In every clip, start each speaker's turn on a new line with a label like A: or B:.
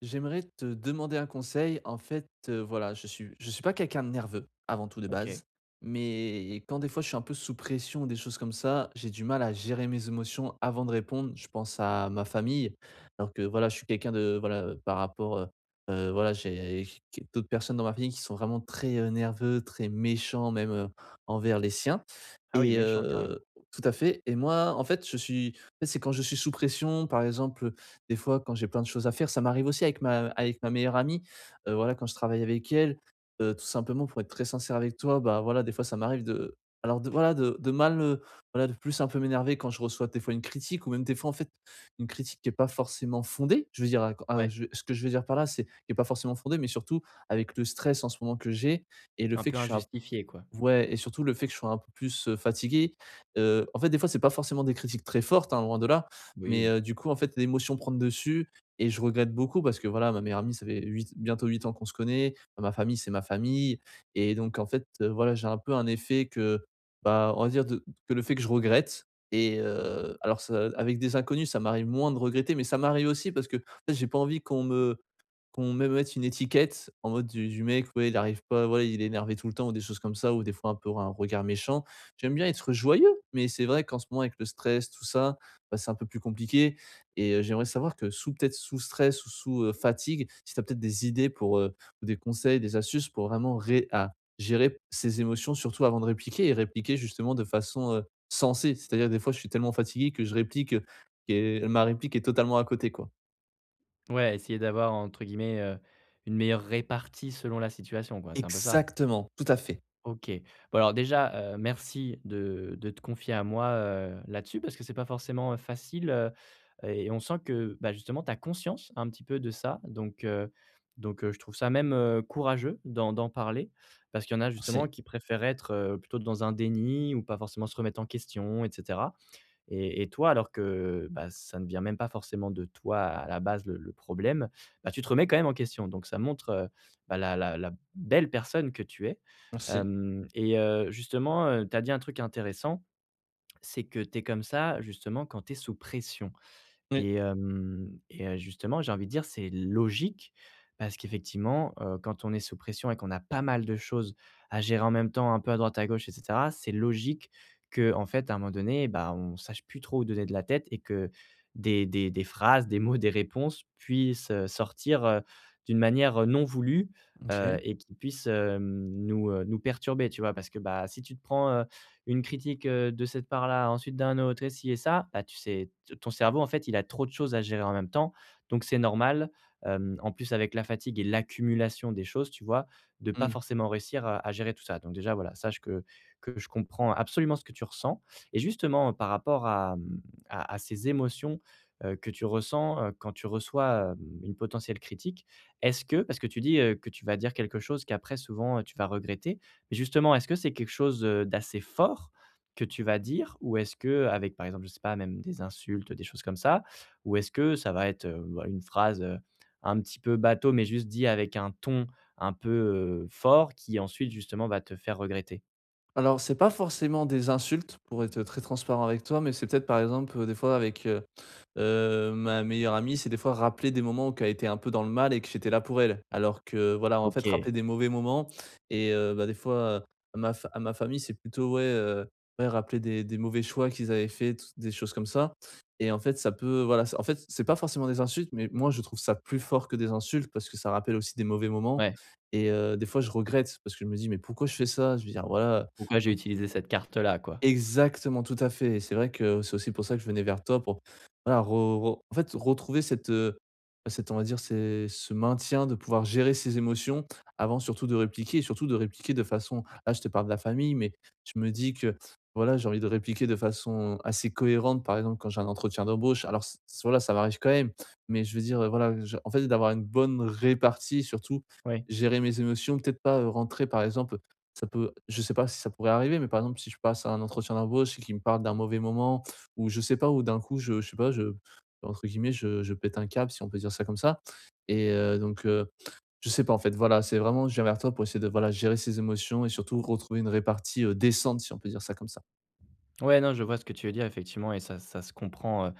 A: J'aimerais te demander un conseil. En fait, voilà, je suis pas quelqu'un de nerveux, avant tout de
B: OK.
A: base, mais quand des fois je suis un peu sous pression des choses comme ça, j'ai du mal à gérer mes émotions avant de répondre. Je pense à ma famille, alors que voilà, je suis quelqu'un de voilà, par rapport, voilà, j'ai qu d'autres personnes dans ma famille qui sont vraiment très, nerveux, très méchants même, envers les siens
B: Ah oui,
A: et
B: méchant carrément.
A: tout à fait et moi, en fait, je suis en fait, c'est quand je suis sous pression, par exemple, des fois, quand j'ai plein de choses à faire, ça m'arrive aussi avec ma meilleure amie, voilà, quand je travaille avec elle, tout simplement pour être très sincère avec toi, bah, voilà, des fois, ça m'arrive de alors de voilà, de mal, voilà, de plus un peu m'énerver quand je reçois des fois une critique ou même des fois, en fait, une critique qui est pas forcément fondée. Je veux dire, à
B: Ouais,
A: je ce que je veux dire par là, c'est qui est pas forcément fondée, mais surtout avec le stress en ce moment que j'ai et le
B: un
A: fait que
B: peu
A: je suis un
B: injustifié, quoi.
A: Ouais et surtout le fait que je sois un peu plus, fatigué, en fait, des fois, c'est pas forcément des critiques très fortes, hein, loin de là, mais
B: Oui.
A: du coup, en fait, l'émotion prend le dessus et je regrette beaucoup parce que, voilà, ma meilleure amie, ça fait 8 bientôt 8 ans qu'on se connaît, ma famille, c'est ma famille et donc en fait, voilà, j'ai un peu un effet que, bah, on va dire de que le fait que je regrette et alors ça avec des inconnus, ça m'arrive moins de regretter, mais ça m'arrive aussi parce qu'en fait, j'ai pas envie qu'on me mette une étiquette en mode du mec, ouais, il arrive pas, voilà, il est énervé tout le temps ou des choses comme ça ou des fois un peu un regard méchant. J'aime bien être joyeux, mais c'est vrai qu'en ce moment avec le stress, tout ça, bah, c'est un peu plus compliqué et j'aimerais savoir que sous peut-être sous stress ou sous, fatigue, si tu as peut-être des idées pour, ou des conseils, des astuces pour vraiment ré à gérer ses émotions surtout avant de répliquer et répliquer justement de façon, sensée. C'est-à-dire des fois je suis tellement fatigué que je réplique, et ma réplique est totalement à côté, quoi.
B: Ouais, essayer d'avoir entre guillemets, une meilleure répartie selon la situation, quoi, c'est un peu ça?
A: Exactement, tout à fait.
B: OK. Bon alors déjà, merci de te confier à moi, là-dessus parce que c'est pas forcément, facile, et on sent que, bah, justement tu as conscience un petit peu de ça donc je trouve ça même, courageux d'en parler parce qu'il y en a justement
A: C'est
B: qui préfèrent être, plutôt dans un déni ou pas forcément se remettre en question etc. Et toi, alors que, bah, ça ne vient même pas forcément de toi à la base le problème, bah, tu te remets quand même en question. Donc ça montre, bah, la belle personne que tu es.
A: Merci.
B: Hem et justement, tu as dit un truc intéressant, c'est que tu es comme ça justement quand tu es sous pression.
A: Oui,
B: Et hem et justement, j'ai envie de dire, c'est logique parce qu'effectivement, quand on est sous pression et qu'on a pas mal de choses à gérer en même temps, un peu à droite, à gauche et cetera, c'est logique que, en fait, à un moment donné, bah, on sache plus trop où donner de la tête et que des phrases, des mots, des réponses puissent, sortir, d'une manière, non voulue,
A: OK.
B: et qui puissent, nous, nous perturber, tu vois? Parce que, bah, si tu te prends, une critique, de cette part-là, ensuite d'un autre et ci et ça, bah, tu sais t ton cerveau, en fait, il a trop de choses à gérer en même temps, donc c'est normal, en plus avec la fatigue et l'accumulation des choses, tu vois? De pas
A: Mmh.
B: forcément réussir à gérer tout ça, donc déjà, voilà, sache que je comprends absolument ce que tu ressens et justement par rapport à, à ces émotions, que tu ressens, quand tu reçois, une potentielle critique, est-ce que parce que tu dis, que tu vas dire quelque chose qu'après souvent, tu vas regretter, mais justement, est-ce que c'est quelque chose, d'assez fort que tu vas dire? Ou est-ce que avec, par exemple, je sais pas, même des insultes, des choses comme ça? Ou est-ce que ça va être, bah, une phrase, un petit peu bateau, mais juste dit avec un ton un peu, fort qui ensuite justement va te faire regretter?
A: Alors, c'est pas forcément des insultes, pour être très transparent avec toi, mais c'est peut-être, par exemple, des fois avec, ma meilleure amie c'est des fois rappeler des moments où qu'elle était un peu dans le mal et que j'étais là pour elle. Alors que voilà, en fait,
B: OK,
A: rappeler des mauvais moments et bah, des fois, ma fa à ma famille, c'est plutôt ouais, ouais, rappeler des mauvais choix qu'ils avaient fait, t des choses comme ça et en fait, ça peut voilà, c'est- en fait, c'est pas forcément des insultes, mais moi, je trouve ça plus fort que des insultes parce que ça rappelle aussi des mauvais moments
B: ouais.
A: et des fois, je regrette parce que je me dis: «Mais pourquoi je fais ça ?» Je veux dire voilà,
B: Pourquoi j'ai utilisé cette carte-là, quoi?
A: Exactement, tout à fait et c'est vrai que c'est aussi pour ça que je venais vers toi pour, voilà, re re en fait, retrouver cette, cette, on va dire, c'est ce maintien de pouvoir gérer ses émotions avant surtout de répliquer et surtout de répliquer de façon là, je te parle de la famille, mais je me dis que, voilà, j'ai envie de répliquer de façon assez cohérente, par exemple, quand j'ai un entretien d'embauche. Alors c voilà, ça m'arrive quand même, mais je veux dire, voilà, je en fait, d'avoir une bonne répartie, surtout
B: Oui.
A: gérer mes émotions, peut-être pas, rentrer, par exemple ça peut je sais pas si ça pourrait arriver, mais par exemple, si je passe à un entretien d'embauche et qu'ils me parlent d'un mauvais moment ou je sais pas, ou d'un coup, je sais pas, je entre guillemets, je «pète un câble», si on peut dire ça comme ça et donc je sais pas, en fait, voilà, c'est vraiment je viens vers toi pour essayer de, voilà, gérer ses émotions et surtout retrouver une répartie, décente, si on peut dire ça comme ça.
B: Ouais, non, je vois ce que tu veux dire effectivement et ça se comprend,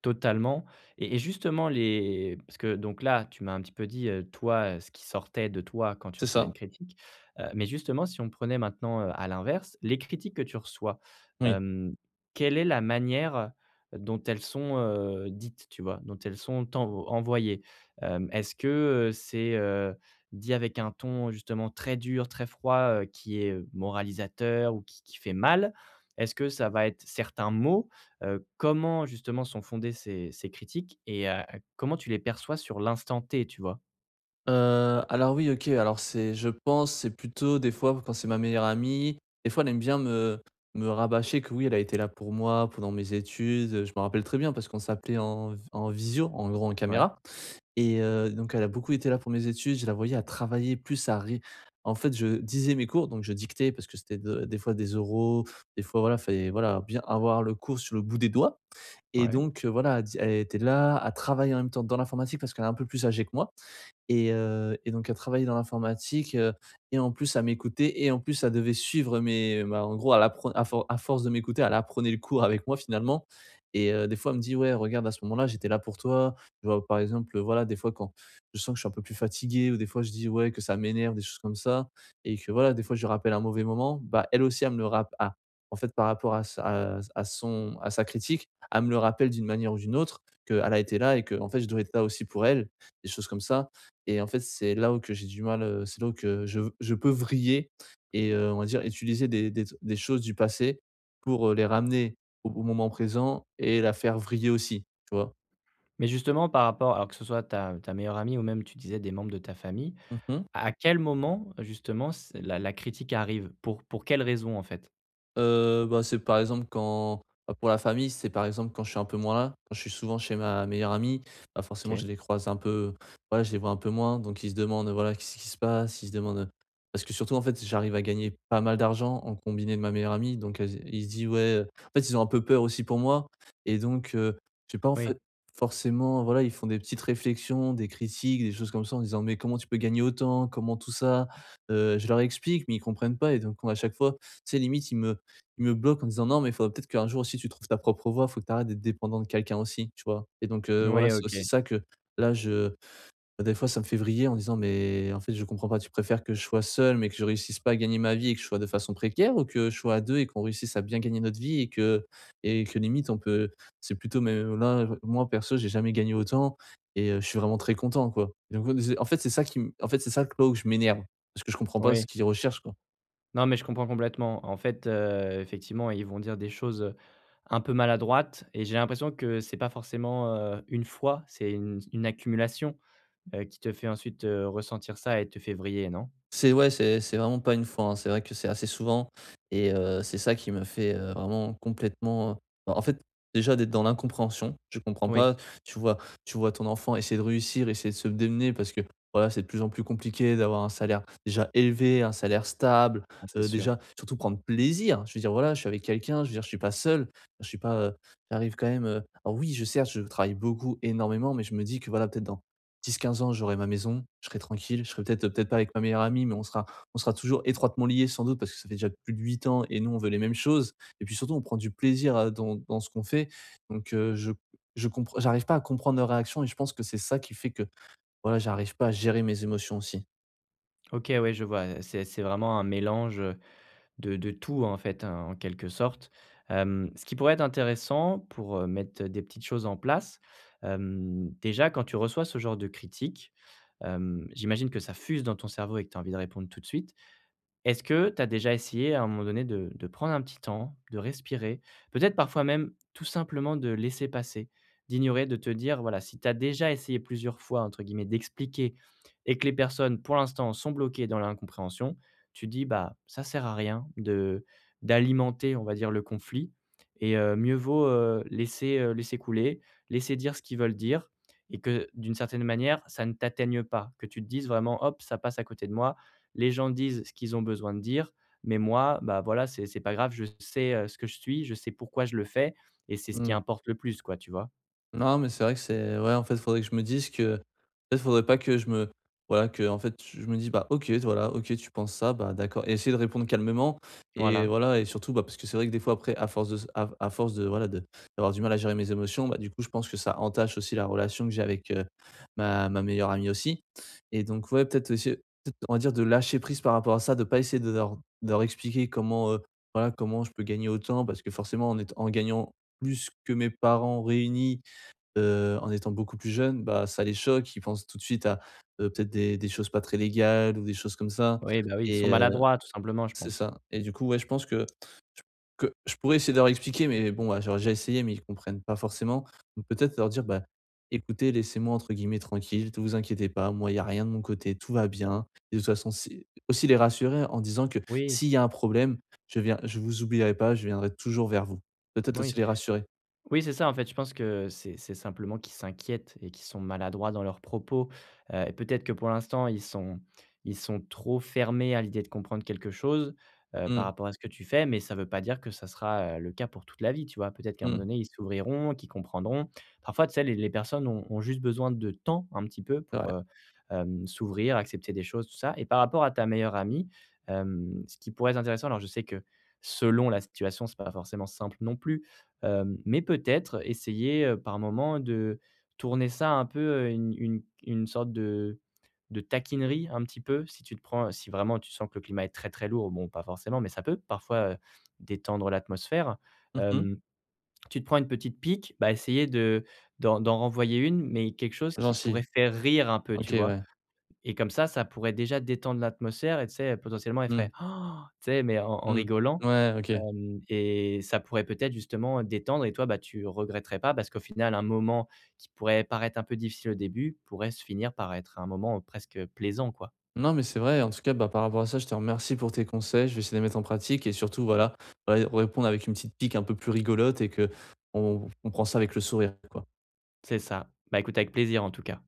B: totalement et justement les parce que donc là, tu m'as un petit peu dit, toi, ce qui sortait de toi quand tu
A: C'est
B: recevais une
A: ça,
B: critique, mais justement si on prenait maintenant, à l'inverse, les critiques que tu reçois,
A: oui.
B: hem, quelle est la manière dont elles sont, dites, tu vois? Dont elles sont envoyées? Est-ce que, c'est, dit avec un ton justement très dur, très froid, qui est moralisateur ou qui fait mal? Est-ce que ça va être certains mots? Comment justement sont fondées ces ces critiques et comment tu les perçois sur l'instant T, tu vois?
A: Heu, alors oui, OK, alors c'est je pense, c'est plutôt des fois quand c'est ma meilleure amie, des fois elle aime bien me me rabâcher que oui, elle a été là pour moi pendant mes études, je me rappelle très bien parce qu'on s'appelait en visio, en gros en
B: Ouais,
A: caméra et donc elle a beaucoup été là pour mes études, je la voyais à travailler plus à ré en fait, je disais mes cours, donc je dictais parce que c'était de des fois des oraux, des fois voilà, fallait voilà, bien avoir le cours sur le bout des doigts et
B: ouais.
A: donc voilà, elle était là à travailler en même temps dans l'informatique parce qu'elle est un peu plus âgée que moi et donc elle travaillait dans l'informatique, et en plus elle m'écoutait et en plus elle devait suivre mes bah, en gros elle appre à for à force de m'écouter, elle apprenait le cours avec moi finalement et des fois elle me dit: «Ouais regarde à ce moment-là j'étais là pour toi». Tu vois? Par exemple, voilà des fois quand je sens que je suis un peu plus fatigué ou des fois je dis: «Ouais» que ça m'énerve, des choses comme ça et que voilà des fois je lui rappelle un mauvais moment, bah, elle aussi elle me le rappelle en fait par rapport à sa à son à sa critique, elle me le rappelle d'une manière ou d'une autre qu'elle a été là et que en fait je dois être là aussi pour elle, des choses comme ça et en fait, c'est là où que j'ai du mal, c'est là où que je peux vriller et on va dire utiliser des choses du passé pour, les ramener au moment présent et la faire vriller aussi, tu vois?
B: Mais justement par rapport alors que ce soit ta meilleure amie ou même tu disais des membres de ta famille,
A: Mmh
B: à quel moment justement c la critique arrive? Pour quelles raisons en fait?
A: Bah, c'est par exemple quand bah, pour la famille, c'est par exemple quand je suis un peu moins là, quand je suis souvent chez ma meilleure amie, bah, forcément
B: OK.
A: je les croise un peu, voilà, je les vois un peu moins, donc ils se demandent, voilà, qu'est-ce qui se passe? Ils se demandent, parce que surtout, en fait, j'arrive à gagner pas mal d'argent en combiné de ma meilleure amie, donc elles ils se disent: «Ouais, en fait, ils ont un peu peur aussi pour moi et donc je sais pas, en
B: Oui,
A: fait, forcément, voilà, ils font des petites réflexions, des critiques, des choses comme ça en disant: «Mais comment tu peux gagner autant? Comment tout ça ?» Je leur explique, mais ils comprennent pas et donc à chaque fois, c'est limite, ils me il me bloque en disant: «Non, mais il faudrait peut-être qu'un jour aussi tu trouves ta propre voie, faut que tu arrêtes d'être dépendant de quelqu'un aussi», tu vois? Et donc voilà,
B: oui,
A: c'est aussi
B: OK,
A: ça que là je bah, des fois ça me fait vriller en disant: «Mais en fait je comprends pas, tu préfères que je sois seul, mais que je réussisse pas à gagner ma vie et que je sois de façon précaire ou que je sois à 2 et qu'on réussisse à bien gagner notre vie et que limite on peut c'est plutôt mais là, moi perso j'ai jamais gagné autant et je suis vraiment très content quoi». Donc en fait c'est ça qui m en fait c'est ça que là où je m'énerve, parce que je comprends pas
B: oui.
A: ce qu'ils recherchent quoi.
B: Non, mais je comprends complètement. En fait, effectivement, ils vont dire des choses, un peu maladroites et j'ai l'impression que c'est pas forcément, une fois, c'est une accumulation. Qui te fait ensuite, ressentir ça et te fait vriller, non?
A: C'est ouais, c'est vraiment pas une fois, hein. C'est vrai que c'est assez souvent et c'est ça qui me fait, vraiment complètement, bah, en fait, déjà d'être dans l'incompréhension. Je comprends
B: Oui,
A: pas, tu vois tu vois ton enfant essayer de réussir, essayer de se démener parce que, voilà, c'est de plus en plus compliqué d'avoir un salaire déjà élevé, un salaire stable,
B: bah, c'est sûr.
A: déjà surtout prendre plaisir. Je veux dire, voilà, je suis avec quelqu'un, je veux dire, je suis pas seul, je suis pas, j'arrive quand même, alors oui, je certes, je travaille beaucoup, énormément, mais je me dis que, voilà, peut-être dans dix quinze ans, j'aurai ma maison, je serai tranquille, je serai peut-être pas avec ma meilleure amie, mais on sera toujours étroitement liés sans doute parce que ça fait déjà plus de 8 ans et nous, on veut les mêmes choses et puis surtout, on prend du plaisir à dans ce qu'on fait donc je comprends j'arrive pas à comprendre leur réaction et je pense que c'est ça qui fait que, voilà, j'arrive pas à gérer mes émotions aussi.
B: OK, ouais, je vois, c'est vraiment un mélange, de tout, en fait, hein, en quelque sorte. Ce qui pourrait être intéressant pour, mettre des petites choses en place, déjà, quand tu reçois ce genre de critique, j'imagine que ça fuse dans ton cerveau et que tu as envie de répondre tout de suite. Est-ce que tu as déjà essayé à un moment donné de prendre un petit temps, de respirer, peut-être parfois même tout simplement de laisser passer, d'ignorer, de te dire, voilà, si tu as déjà essayé plusieurs fois, entre guillemets, «d'expliquer» et que les personnes pour l'instant sont bloquées dans l'incompréhension, tu dis: «Bah, ça sert à rien de d'alimenter, on va dire, le conflit et mieux vaut, laisser, laisser couler, laisser dire ce qu'ils veulent dire» et que d'une certaine manière, ça ne t'atteigne pas, que tu te dises vraiment: «Hop, ça passe à côté de moi». Les gens disent ce qu'ils ont besoin de dire, mais moi, bah, voilà, c'est pas grave, je sais, ce que je suis, je sais pourquoi je le fais et c'est ce qui
A: Mmh.
B: importe le plus, quoi, tu vois?
A: Non, mais c'est vrai que c'est ouais, en fait, faudrait que je me dise que peut-être faudrait pas que je me voilà, que en fait, je me dis: «Bah, OK, voilà, OK, tu penses ça, bah, d'accord» et essayer de répondre calmement et
B: Voilà.
A: voilà et surtout, bah, parce que c'est vrai que des fois après à force de s à force de voilà, de d'avoir du mal à gérer mes émotions, bah, du coup, je pense que ça entache aussi la relation que j'ai avec, ma meilleure amie aussi et donc ouais, peut-être essayer peut-être on va dire de lâcher prise par rapport à ça, de pas essayer de leur expliquer comment, voilà, comment je peux gagner autant parce que forcément en étant en gagnant plus que mes parents réunis, en étant beaucoup plus jeunes, bah, ça les choque. Ils pensent tout de suite à, peut-être des choses pas très légales ou des choses comme ça
B: Oui, bah, oui, ils sont
A: et
B: maladroits tout simplement, je
A: c'est
B: pense.
A: ça et du coup, ouais, je pense je que je pourrais essayer de leur expliquer, mais bon, bah, j'aurais déjà essayé, mais ils comprennent pas forcément. Donc peut-être leur dire: «Bah, écoutez, laissez-moi entre guillemets tranquille, ne vous inquiétez pas, moi, il y a rien de mon côté, tout va bien» et de toute façon, si aussi les rassurer en disant que
B: Oui,
A: s'il y a un problème, je viens je vous oublierai pas, je viendrai toujours vers vous. Peut-être
B: oui.
A: aussi les rassurer.
B: Oui, c'est ça, en fait, je pense que c'est simplement qu'ils s'inquiètent et qu'ils sont maladroits dans leurs propos, et peut-être que pour l'instant, ils sont trop fermés à l'idée de comprendre quelque chose, par
A: Mmh,
B: rapport à ce que tu fais, mais ça ne veut pas dire que ça sera, le cas pour toute la vie, tu vois? Peut-être qu'à un moment
A: mmh,
B: donné, ils s'ouvriront, qu'ils comprendront. Parfois, tu sais, les personnes ont juste besoin de temps un petit peu
A: c'est
B: pour,
A: vrai.
B: s'ouvrir, accepter des choses, tout ça et par rapport à ta meilleure amie, ce qui pourrait être intéressant alors je sais que selon la situation, c'est pas forcément simple non plus. Mais peut-être essayer, par moment de tourner ça un peu, une une sorte de taquinerie un petit peu. Si tu te prends si vraiment tu sens que le climat est très, très lourd, bon, pas forcément, mais ça peut parfois, détendre l'atmosphère.
A: Mmh
B: Hem, tu te prends une petite pique, bah, essayer de d'en renvoyer une, mais quelque chose qui
A: Gentil.
B: pourrait faire rire un peu, tu
A: OK,
B: vois?
A: ouais.
B: Et comme ça pourrait déjà détendre l'atmosphère et tu sais, potentiellement, elle ferait:
A: Mmh.
B: «Han!», tu sais, mais en en
A: Mmh.
B: rigolant.
A: Ouais, OK.
B: Hem et ça pourrait peut-être justement détendre et toi, bah, tu regretterais pas parce qu'au final, un moment qui pourrait paraître un peu difficile au début pourrait se finir par être un moment, presque plaisant, quoi.
A: Non, mais c'est vrai, en tout cas, bah, par rapport à ça, je te remercie pour tes conseils. Je vais essayer de les mettre en pratique et surtout, voilà, ré répondre avec une petite pique un peu plus rigolote et que on prend ça avec le sourire, quoi.
B: C'est ça. Bah, écoute avec plaisir en tout cas.